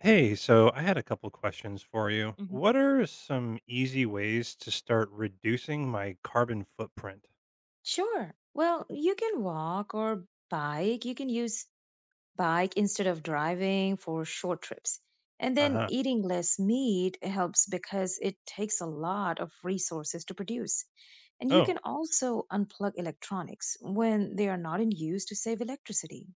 Hey, so I had a couple questions for you. Mhm. What are some easy ways to start reducing my carbon footprint? Sure. Well, you can walk or bike. You can use bike instead of driving for short trips. And Uh then huh. eating less meat helps because it takes a lot of resources to produce. And you Oh, can also unplug electronics when they are not in use to save electricity.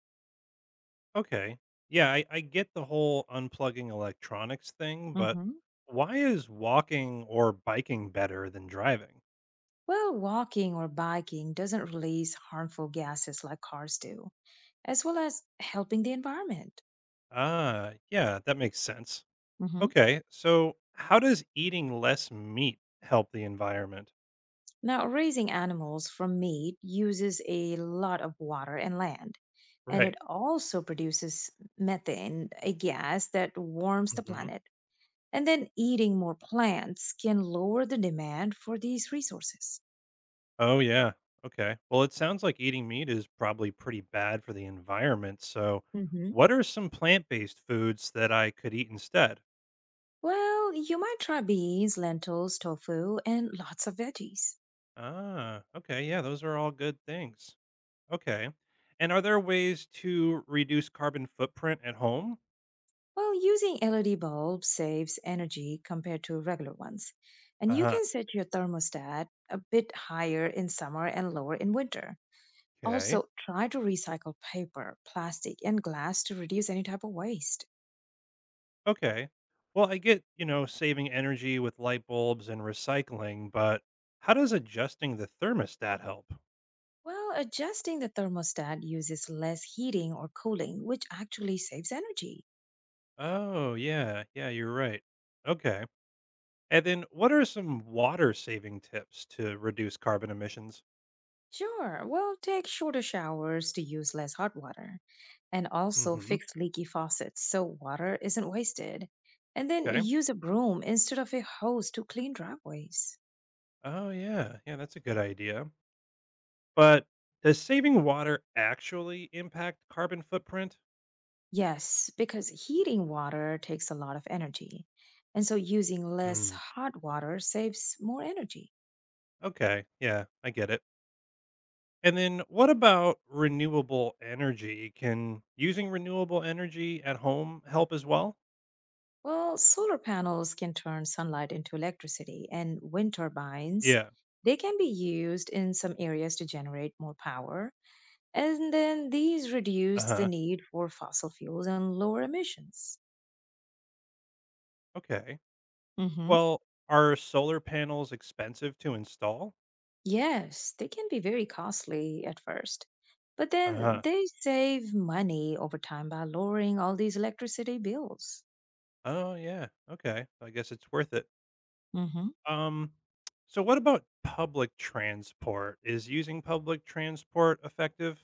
okay. Yeah, I get the whole unplugging electronics thing, but hmm why is walking or biking better than driving? Well, walking or biking doesn't release harmful gases like cars do, as well as helping the environment. Ah, yeah, that makes sense. hmm Okay, so how does eating less meat help the environment? Now, raising animals from meat uses a lot of water and land, and it Right. also produces methane, a gas that warms the planet. And then eating more plants can lower the demand for these resources. Oh, yeah. Okay. Well, it sounds like eating meat is probably pretty bad for the environment. So, hmm what are some plant based foods that I could eat instead? Well, you might try beans, lentils, tofu, and lots of veggies. Ah, okay. Yeah, those are all good things. Okay. And are there ways to reduce carbon footprint at home? Well, using LED bulbs saves energy compared to regular ones. And Uh you huh. can set your thermostat a bit higher in summer and lower in winter. Okay. Also, try to recycle paper, plastic, and glass to reduce any type of waste. Okay. Well, I get, you know, saving energy with light bulbs and recycling, but how does adjusting the thermostat help? Well, adjusting the thermostat uses less heating or cooling, which actually saves energy. Oh, yeah. Yeah, you're right. Okay. And then what are some water saving tips to reduce carbon emissions? Sure, well, take shorter showers to use less hot water, and also hmm fix leaky faucets so water isn't wasted. And then Okay. use a broom instead of a hose to clean driveways. Oh, yeah. Yeah, that's a good idea. But does saving water actually impact carbon footprint? Yes, because heating water takes a lot of energy. And so using less Mm, hot water saves more energy. okay. Yeah, I get it. And then what about renewable energy? Can using renewable energy at home help as well? Well, solar panels can turn sunlight into electricity, and wind turbines, Yeah. they can be used in some areas to generate more power. And then these Uh reduce the huh. need for fossil fuels and lower emissions. Okay. hmm Well, are solar panels expensive to install? Yes, they can be very costly at first, but Uh then huh. they save money over time by lowering all these electricity bills. Oh, yeah. Okay. I guess it's worth it. hmm Um, so what about public transport? Is using public transport effective?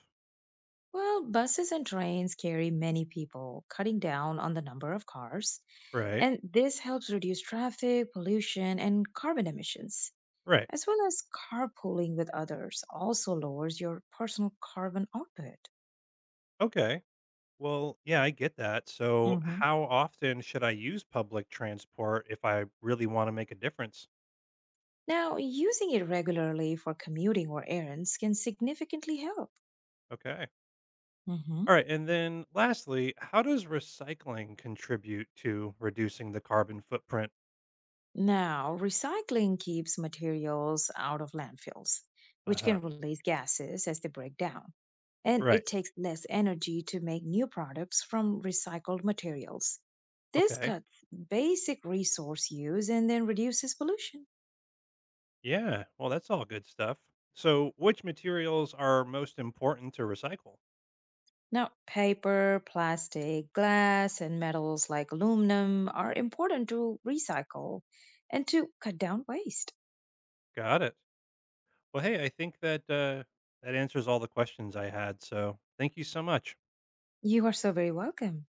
Well, buses and trains carry many people, cutting down on the number of cars. Right. And this helps reduce traffic, pollution, and carbon emissions, Right. as well as carpooling with others also lowers your personal carbon output. Okay. Well, yeah, I get that. So hmm how often should I use public transport if I really want to make a difference? Now, using it regularly for commuting or errands can significantly help. Okay. hmm All right. And then lastly, how does recycling contribute to reducing the carbon footprint? Now, recycling keeps materials out of landfills, which Uh-huh. can release gases as they break down. And Right. it takes less energy to make new products from recycled materials. This Okay. cuts basic resource use and then reduces pollution. Yeah. Well, that's all good stuff. So which materials are most important to recycle? Now, paper, plastic, glass, and metals like aluminum are important to recycle and to cut down waste. Got it. Well, hey, I think that that answers all the questions I had. So thank you so much. You are so very welcome.